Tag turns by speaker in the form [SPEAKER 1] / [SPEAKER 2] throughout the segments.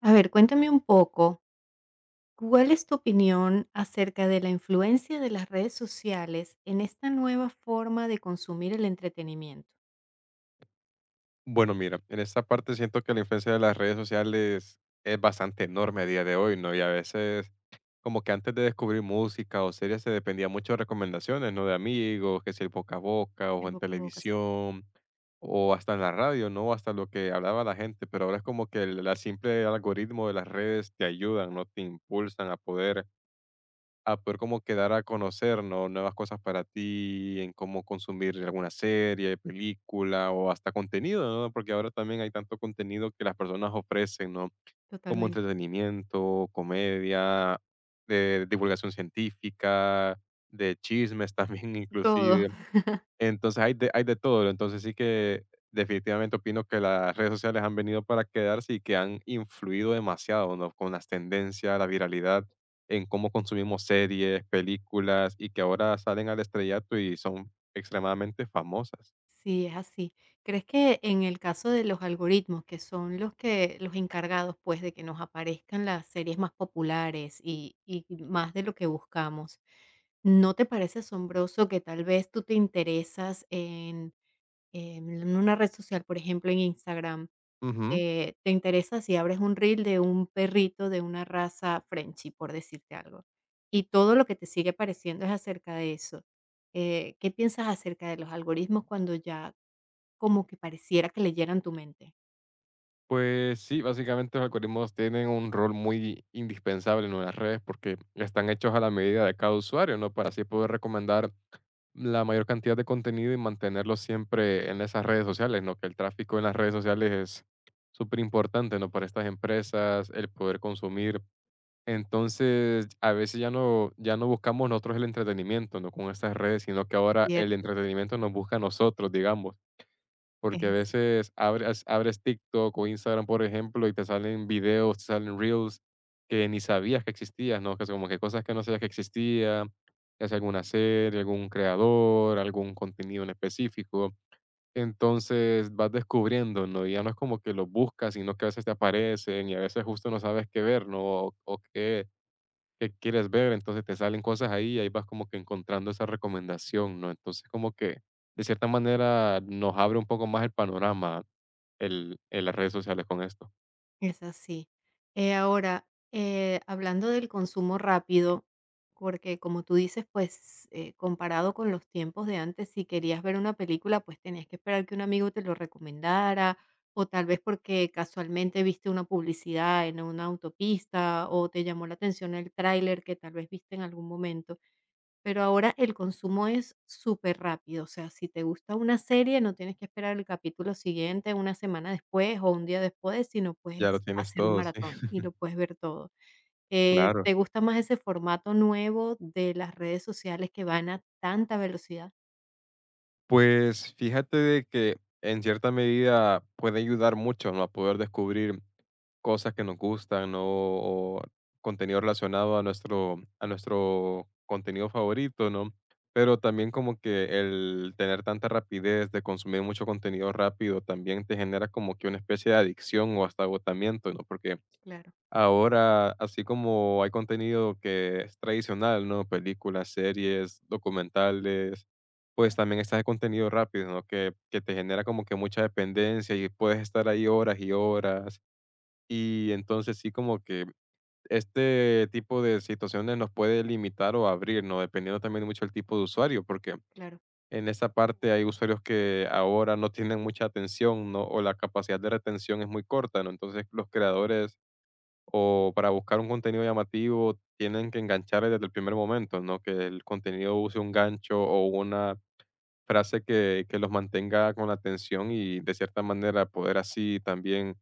[SPEAKER 1] A ver, cuéntame un poco, ¿cuál es tu opinión acerca de la influencia de las redes sociales en esta nueva forma de consumir el entretenimiento?
[SPEAKER 2] Bueno, mira, en esta parte siento que la influencia de las redes sociales es bastante enorme a día de hoy, ¿no? Y a veces, como que antes de descubrir música o series, se dependía mucho de recomendaciones, ¿no? De amigos, que si el boca a boca, o
[SPEAKER 1] El
[SPEAKER 2] en
[SPEAKER 1] boca a boca, sí,
[SPEAKER 2] televisión, o hasta en la radio, ¿no? Hasta lo que hablaba la gente, pero ahora es como que el la simple algoritmo de las redes te ayudan, ¿no? Te impulsan a poder como quedar a conocer, ¿no? Nuevas cosas para ti, en cómo consumir alguna serie, película o hasta contenido, ¿no? Porque ahora también hay tanto contenido que las personas ofrecen, ¿no? Como
[SPEAKER 1] totalmente.
[SPEAKER 2] entretenimiento, comedia, de divulgación científica, de chismes también
[SPEAKER 1] Todo.
[SPEAKER 2] inclusive. Entonces, hay de todo. Entonces, sí que definitivamente opino que las redes sociales han venido para quedarse y que han influido demasiado, ¿no? Con las tendencias, la viralidad, en cómo consumimos series, películas y que ahora salen al estrellato y son extremadamente famosas.
[SPEAKER 1] Sí, es así. ¿Crees que en el caso de los algoritmos, que son los encargados, pues, de que nos aparezcan las series más populares y más de lo que buscamos, ¿no te parece asombroso que tal vez tú te interesas en una red social, por ejemplo, en Instagram?
[SPEAKER 2] Ujú.
[SPEAKER 1] Te interesa si abres un reel de un perrito de una raza Frenchie, por decirte algo, y todo lo que te sigue pareciendo es acerca de eso. ¿Qué piensas acerca de los algoritmos cuando ya como que pareciera que leyeran tu mente?
[SPEAKER 2] Pues sí, básicamente los algoritmos tienen un rol muy indispensable en las redes porque están hechos a la medida de cada usuario, ¿no? Para así poder recomendar la mayor cantidad de contenido y mantenerlo siempre en esas redes sociales, ¿no? Que el tráfico en las redes sociales es súper importante, ¿no? Para estas empresas, el poder consumir. Entonces, a veces ya no buscamos nosotros el entretenimiento, ¿no? Con estas redes, sino que ahora el
[SPEAKER 1] Cierto,
[SPEAKER 2] entretenimiento nos busca a nosotros, digamos.
[SPEAKER 1] es
[SPEAKER 2] Porque a
[SPEAKER 1] así.
[SPEAKER 2] veces abres TikTok o Instagram, por ejemplo, y te salen videos, te salen reels que ni sabías que existían, ¿no? Que son como que cosas que no sabías que existía ya sea alguna serie, algún creador, algún contenido en específico. Entonces vas descubriendo, ¿no? Y ya no es como que lo buscas, sino que a veces te aparecen y a veces justo no sabes qué ver, ¿no? O qué que quieres ver, entonces te salen cosas ahí y ahí vas como que encontrando esa recomendación, ¿no? Entonces como que de cierta manera nos abre un poco más el panorama las redes sociales con esto.
[SPEAKER 1] Es así. Hablando del consumo rápido, porque como tú dices, pues comparado con los tiempos de antes, si querías ver una película, pues tenías que esperar que un amigo te lo recomendara, o tal vez porque casualmente viste una publicidad en una autopista, o te llamó la atención el tráiler que tal vez viste en algún momento. Pero ahora el consumo es súper rápido, o sea, si te gusta una serie, no tienes que esperar el capítulo siguiente, una semana después o un día después, sino
[SPEAKER 2] Ya lo
[SPEAKER 1] puedes
[SPEAKER 2] tienes
[SPEAKER 1] hacer un
[SPEAKER 2] todo, sí,
[SPEAKER 1] maratón y lo puedes ver todo.
[SPEAKER 2] claro.
[SPEAKER 1] ¿Te gusta más ese formato nuevo de las redes sociales que van a tanta velocidad?
[SPEAKER 2] Pues fíjate de que en cierta medida puede ayudar mucho, ¿no? A poder descubrir cosas que nos gustan, ¿no? O contenido relacionado a nuestro contenido favorito, ¿no? Pero también como que el tener tanta rapidez de consumir mucho contenido rápido también te genera como que una especie de adicción o hasta agotamiento, ¿no? Porque
[SPEAKER 1] Claro,
[SPEAKER 2] Ahora, así como hay contenido que es tradicional, ¿no? Películas, series, documentales, pues también está el contenido rápido, ¿no? Que te genera como que mucha dependencia y puedes estar ahí horas y horas. Y entonces sí como que este tipo de situaciones nos puede limitar o abrir, ¿no? Dependiendo también mucho del tipo de usuario, porque
[SPEAKER 1] claro.
[SPEAKER 2] en esa parte hay usuarios que ahora no tienen mucha atención, ¿no? O la capacidad de retención es muy corta, ¿no? Entonces los creadores o para buscar un contenido llamativo tienen que enganchar desde el primer momento, ¿no? Que el contenido use un gancho o una frase que los mantenga con la atención y de cierta manera poder así también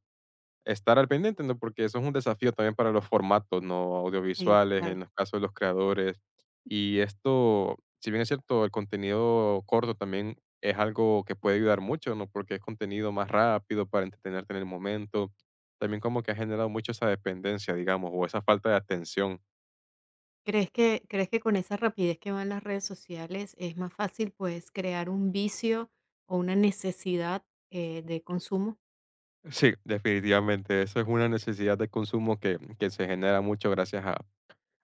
[SPEAKER 2] estar al pendiente, ¿no? Porque eso es un desafío también para los formatos, ¿no?
[SPEAKER 1] Sí,
[SPEAKER 2] Audiovisuales,
[SPEAKER 1] claro.
[SPEAKER 2] en los casos de los creadores. Y esto, si bien es cierto, el contenido corto también es algo que puede ayudar mucho, ¿no? Porque es contenido más rápido para entretenerte en el momento. También como que ha generado mucho esa dependencia, digamos, o esa falta de atención.
[SPEAKER 1] ¿Crees que con esa rapidez que van las redes sociales es más fácil, pues, crear un vicio o una necesidad, de consumo?
[SPEAKER 2] Sí, definitivamente. Eso es una necesidad de consumo que se genera mucho gracias a,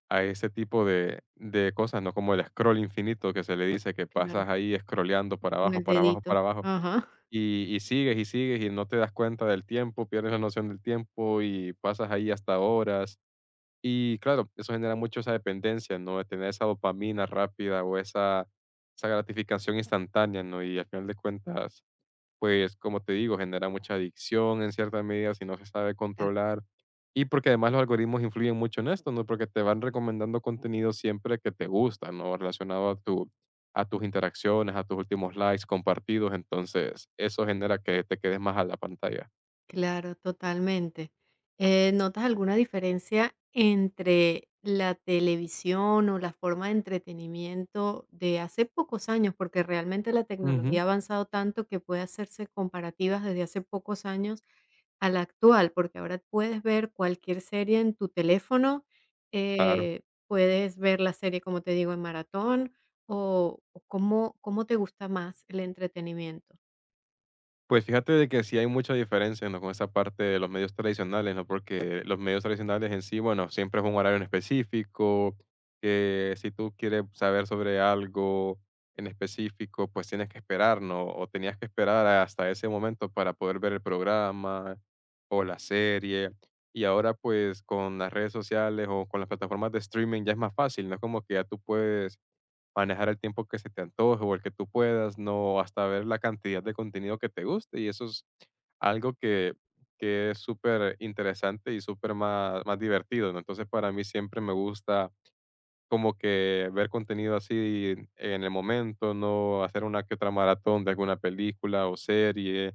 [SPEAKER 2] a ese tipo de cosas, ¿no? Como el scroll infinito que se le dice, que
[SPEAKER 1] Claro.
[SPEAKER 2] pasas ahí scrolleando para
[SPEAKER 1] Con
[SPEAKER 2] abajo,
[SPEAKER 1] el
[SPEAKER 2] para abajo,
[SPEAKER 1] dedito.
[SPEAKER 2] para abajo,
[SPEAKER 1] Ajá.
[SPEAKER 2] y sigues y sigues y no te das cuenta del tiempo, pierdes la noción del tiempo y pasas ahí hasta horas. Y claro, eso genera mucho esa dependencia, ¿no? De tener esa dopamina rápida o esa gratificación instantánea, ¿no? Y al final de cuentas, pues, como te digo, genera mucha adicción en cierta medida si no se sabe
[SPEAKER 1] Cla
[SPEAKER 2] controlar. Y porque además los algoritmos influyen mucho en esto, ¿no? Porque te van recomendando contenido siempre que te gusta, ¿no? Relacionado a tus interacciones, a tus últimos likes compartidos. Entonces, eso genera que te quedes más a la pantalla.
[SPEAKER 1] claro, totalmente. ¿Notas alguna diferencia entre la televisión o la forma de entretenimiento de hace pocos años? Porque realmente la
[SPEAKER 2] Ujú.
[SPEAKER 1] tecnología ha avanzado tanto que puede hacerse comparativas desde hace pocos años a la actual, porque ahora puedes ver cualquier serie en tu teléfono,
[SPEAKER 2] Claro.
[SPEAKER 1] puedes ver la serie, como te digo, en maratón o, ¿cómo te gusta más el entretenimiento?
[SPEAKER 2] Pues fíjate de que sí hay mucha diferencia, ¿no? Con esa parte de los medios tradicionales, ¿no? Porque los medios tradicionales en sí, bueno, siempre es un horario en específico, que si tú quieres saber sobre algo en específico, pues tienes que esperar, ¿no? O tenías que esperar hasta ese momento para poder ver el programa o la serie. Y ahora, pues, con las redes sociales o con las plataformas de streaming ya es más fácil, ¿no? Como que ya tú puedes manejar el tiempo que se te antoje o el que tú puedas, no, hasta ver la cantidad de contenido que te guste. Y eso es algo que es súper interesante y súper más divertido, ¿no? Entonces, para mí siempre me gusta como que ver contenido así en el momento, no hacer una que otra maratón de alguna película o serie,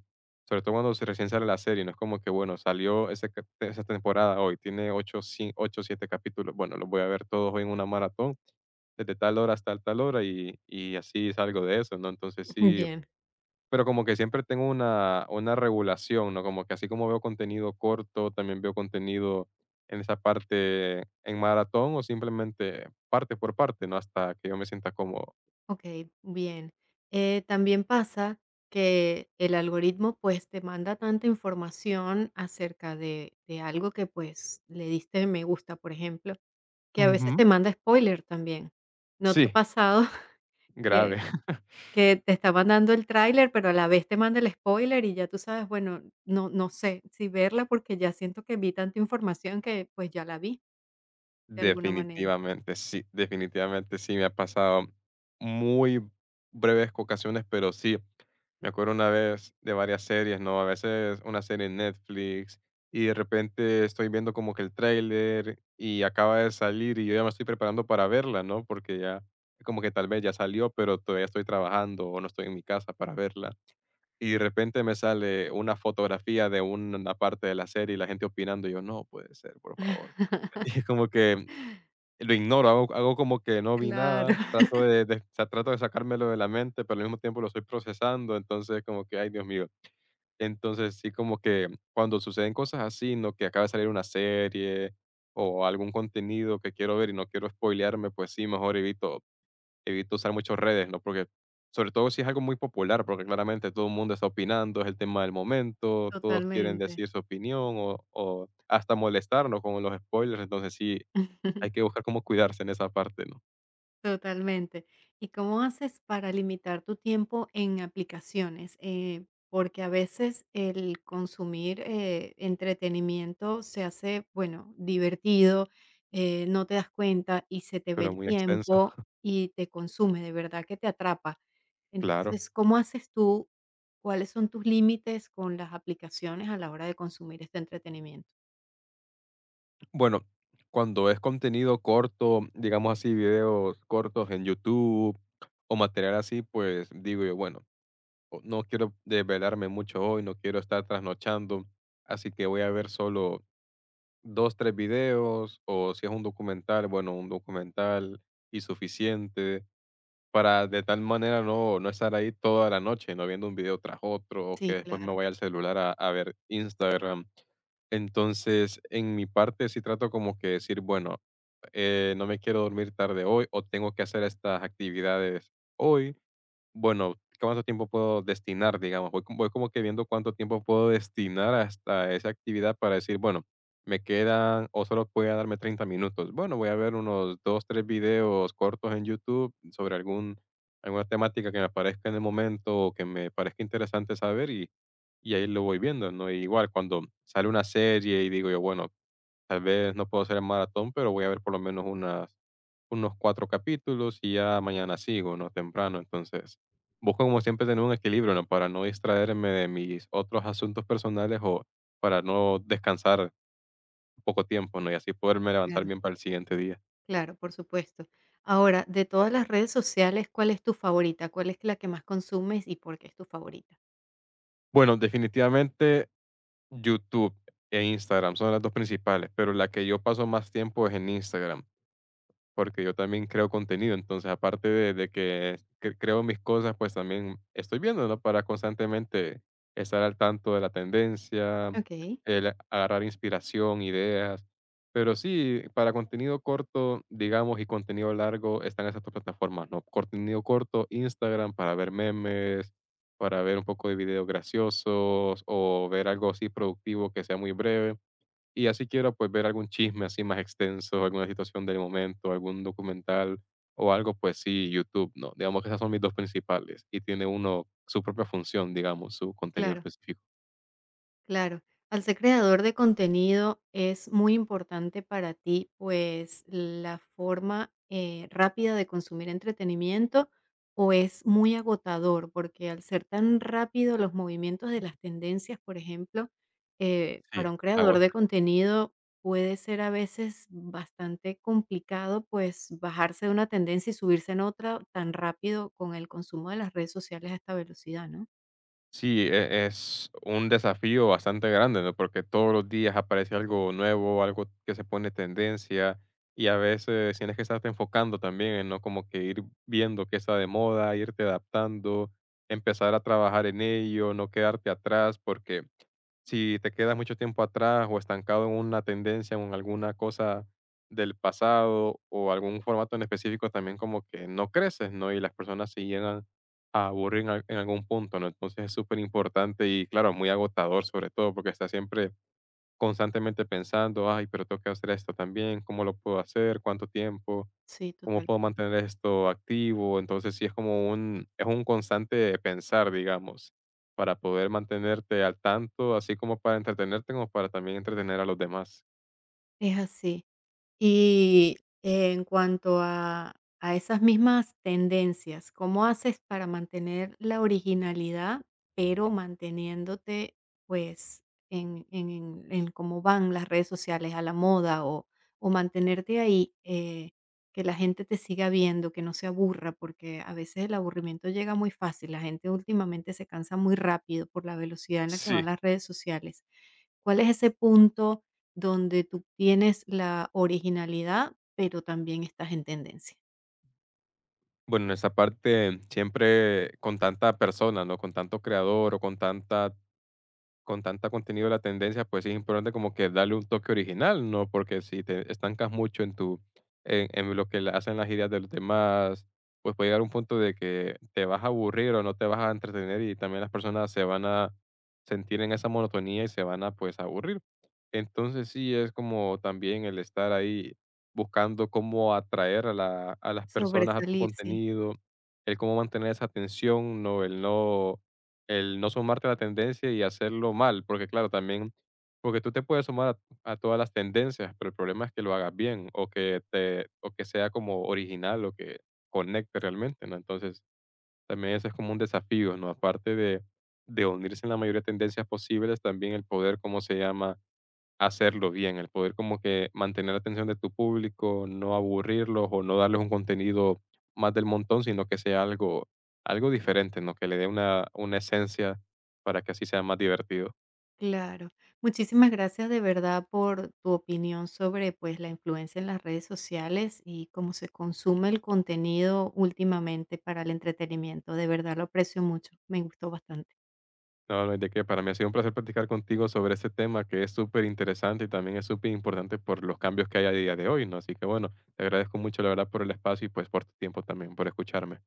[SPEAKER 2] sobre todo cuando se recién sale la serie, no es como que, bueno, salió esa temporada hoy, tiene 8 o 7 capítulos, bueno, los voy a ver todos hoy en una maratón, desde tal hora hasta tal hora y así salgo de eso, ¿no? Entonces sí,
[SPEAKER 1] Bien.
[SPEAKER 2] pero como que siempre tengo una regulación, ¿no? Como que así como veo contenido corto, también veo contenido en esa parte en maratón o simplemente parte por parte, ¿no? Hasta que yo me sienta como
[SPEAKER 1] Okey, bien. También pasa que el algoritmo, pues, te manda tanta información acerca de algo que, pues, le diste me gusta, por ejemplo, que a veces
[SPEAKER 2] Ujú.
[SPEAKER 1] te manda spoiler también. ¿No te ha
[SPEAKER 2] Sí,
[SPEAKER 1] pasado que
[SPEAKER 2] grave.
[SPEAKER 1] que te está mandando el tráiler, pero a la vez te manda el spoiler y ya tú sabes, bueno, no sé si verla porque ya siento que vi tanta información que, pues, ya la vi de alguna manera?
[SPEAKER 2] Definitivamente sí, definitivamente sí, me ha pasado muy breves ocasiones, pero sí, me acuerdo una vez de varias series, ¿no? A veces una serie en Netflix y de repente estoy viendo como que el tráiler y acaba de salir y yo ya me estoy preparando para verla, ¿no? Porque ya como que tal vez ya salió, pero todavía estoy trabajando o no estoy en mi casa para verla. Y de repente me sale una fotografía de una parte de la serie y la gente opinando, y yo, no puede ser, por favor. Y es como que lo ignoro, hago como que no vi nada,
[SPEAKER 1] Claro,
[SPEAKER 2] trato de, o sea, trato de sacármelo de la mente, pero al mismo tiempo lo estoy procesando, entonces como que, ay, Dios mío. Entonces, sí, como que cuando suceden cosas así, ¿no? Que acaba de salir una serie o algún contenido que quiero ver y no quiero spoilearme, pues sí, mejor evito usar muchas redes, ¿no? Porque, sobre todo si es algo muy popular, porque claramente todo el mundo está opinando, es el tema del momento, todos quieren
[SPEAKER 1] totalmente.
[SPEAKER 2] decir su opinión o hasta molestarnos con los spoilers, entonces sí hay que buscar cómo cuidarse en esa parte, ¿no?
[SPEAKER 1] Totalmente. ¿Y cómo haces para limitar tu tiempo en aplicaciones? Porque a veces el consumir entretenimiento se hace, bueno, divertido, no te das cuenta y se te ve
[SPEAKER 2] Pero
[SPEAKER 1] el
[SPEAKER 2] muy extensa.
[SPEAKER 1] tiempo y te consume, de verdad que te atrapa.
[SPEAKER 2] Claro.
[SPEAKER 1] Entonces, ¿cómo haces tú ¿Cuáles son tus límites con las aplicaciones a la hora de consumir este entretenimiento?
[SPEAKER 2] Bueno, cuando es contenido corto, digamos así, videos cortos en YouTube o material así, pues digo yo, bueno, no quiero desvelarme mucho hoy, no quiero estar trasnochando, así que voy a ver solo dos, tres videos o si es un documental, bueno, un documental y suficiente para, de tal manera, no, no estar ahí toda la noche, no viendo un video tras otro o que
[SPEAKER 1] Sí,
[SPEAKER 2] después
[SPEAKER 1] claro,
[SPEAKER 2] me vaya al celular a ver Instagram. Entonces, en mi parte sí trato como que decir, bueno, no me quiero dormir tarde hoy o tengo que hacer estas actividades hoy. Bueno, ¿cuánto tiempo puedo destinar, digamos? Voy como que viendo cuánto tiempo puedo destinar hasta esa actividad para decir, bueno, me quedan o solo voy a darme 30 minutos. Bueno, voy a ver unos dos, tres videos cortos en YouTube sobre alguna temática que me aparezca en el momento o que me parezca interesante saber y ahí lo voy viendo, ¿no? Y igual cuando sale una serie y digo yo, bueno, tal vez no puedo hacer el maratón, pero voy a ver por lo menos unos cuatro capítulos y ya mañana sigo, ¿no? Temprano. Entonces, busco como siempre tener un equilibrio, ¿no? Para no distraerme de mis otros asuntos personales o para no descansar poco tiempo, ¿no? Y así poderme levantar
[SPEAKER 1] claro,
[SPEAKER 2] bien para el siguiente día.
[SPEAKER 1] claro, por supuesto. Ahora, de todas las redes sociales, ¿cuál es tu favorita? ¿Cuál es la que más consumes y por qué es tu favorita?
[SPEAKER 2] Bueno, definitivamente YouTube e Instagram son las dos principales, pero la que yo paso más tiempo es en Instagram porque yo también creo contenido, entonces aparte de que creo mis cosas, pues también estoy viendo, ¿no? Para constantemente estar al tanto de la tendencia,
[SPEAKER 1] Ok,
[SPEAKER 2] el agarrar inspiración, ideas, pero sí, para contenido corto, digamos, y contenido largo están esas dos plataformas, ¿no? Contenido corto, Instagram para ver memes, para ver un poco de videos graciosos o ver algo así productivo que sea muy breve y así quiero, pues, ver algún chisme así más extenso, alguna situación del momento, algún documental o algo, pues sí, YouTube, ¿no? Digamos que esas son mis 2 principales, y tiene uno su propia función, digamos, su contenido
[SPEAKER 1] claro.
[SPEAKER 2] específico.
[SPEAKER 1] Claro. Al ser creador de contenido es muy importante para ti, pues, la forma, rápida de consumir entretenimiento, ¿o es muy agotador? Porque al ser tan rápido los movimientos de las tendencias, por ejemplo,
[SPEAKER 2] Sí,
[SPEAKER 1] para un creador de
[SPEAKER 2] agota.
[SPEAKER 1] contenido puede ser a veces bastante complicado, pues, bajarse de una tendencia y subirse en otra tan rápido con el consumo de las redes sociales a esta velocidad, ¿no?
[SPEAKER 2] Sí, es un desafío bastante grande, ¿no? Porque todos los días aparece algo nuevo, algo que se pone tendencia, y a veces tienes que estarte enfocando también, ¿no? Como que ir viendo qué está de moda, irte adaptando, empezar a trabajar en ello, no quedarte atrás, porque si te quedas mucho tiempo atrás o estancado en una tendencia o en alguna cosa del pasado o algún formato en específico, también como que no creces, ¿no? Y las personas se llegan a aburrir en algún punto, ¿no? Entonces es súper importante y claro, muy agotador, sobre todo porque estás siempre constantemente pensando, ay, pero tengo que hacer esto también, ¿cómo lo puedo hacer? ¿Cuánto tiempo?
[SPEAKER 1] Sí,
[SPEAKER 2] ¿Cómo puedo
[SPEAKER 1] totalmente.
[SPEAKER 2] mantener esto activo? Entonces, sí es como es un constante pensar, digamos, para poder mantenerte al tanto, así como para entretenerte, como para también entretener a los demás.
[SPEAKER 1] Es así. Y en cuanto a esas mismas tendencias, ¿cómo haces para mantener la originalidad, pero manteniéndote pues en, en cómo van las redes sociales a la moda o mantenerte ahí, que la gente te siga viendo, que no se aburra, porque a veces el aburrimiento llega muy fácil, la gente últimamente se cansa muy rápido por la velocidad en la que
[SPEAKER 2] Sí,
[SPEAKER 1] van las redes sociales. ¿Cuál es ese punto? Donde tú tienes la originalidad, pero también estás en tendencia.
[SPEAKER 2] bueno, en esa parte, siempre con tanta persona, ¿no? Con tanto creador o con tanta contenido de la tendencia, pues sí es importante como que darle un toque original, ¿no? Porque si te estancas mucho en lo que hacen las ideas de los demás, pues puede llegar un punto de que te vas a aburrir o no te vas a entretener y también las personas se van a sentir en esa monotonía y se van a, pues, aburrir. Entonces sí es como también el estar ahí buscando cómo atraer a las personas a tu
[SPEAKER 1] Sobresalir, sí,
[SPEAKER 2] contenido, el cómo mantener esa atención, ¿no? El no sumarte a la tendencia y hacerlo mal, porque claro, también porque tú te puedes sumar a todas las tendencias, pero el problema es que lo hagas bien o que sea como original o que conecte realmente, ¿no? Entonces, también eso es como un desafío, ¿no? Aparte de unirse en la mayoría de tendencias posibles, también el poder, ¿cómo se llama? Hacerlo bien, el poder como que mantener la atención de tu público, no aburrirlos o no darles un contenido más del montón, sino que sea algo diferente, ¿no? Que le dé una esencia para que así sea más divertido.
[SPEAKER 1] claro. Muchísimas gracias de verdad por tu opinión sobre, pues, la influencia en las redes sociales y cómo se consume el contenido últimamente para el entretenimiento. De verdad lo aprecio mucho. Me gustó bastante.
[SPEAKER 2] No, no hay de qué, para mí ha sido un placer platicar contigo sobre este tema que es súper interesante y también es súper importante por los cambios que hay a día de hoy, ¿no? Así que bueno, te agradezco mucho, la verdad, por el espacio y pues por tu tiempo también, por escucharme.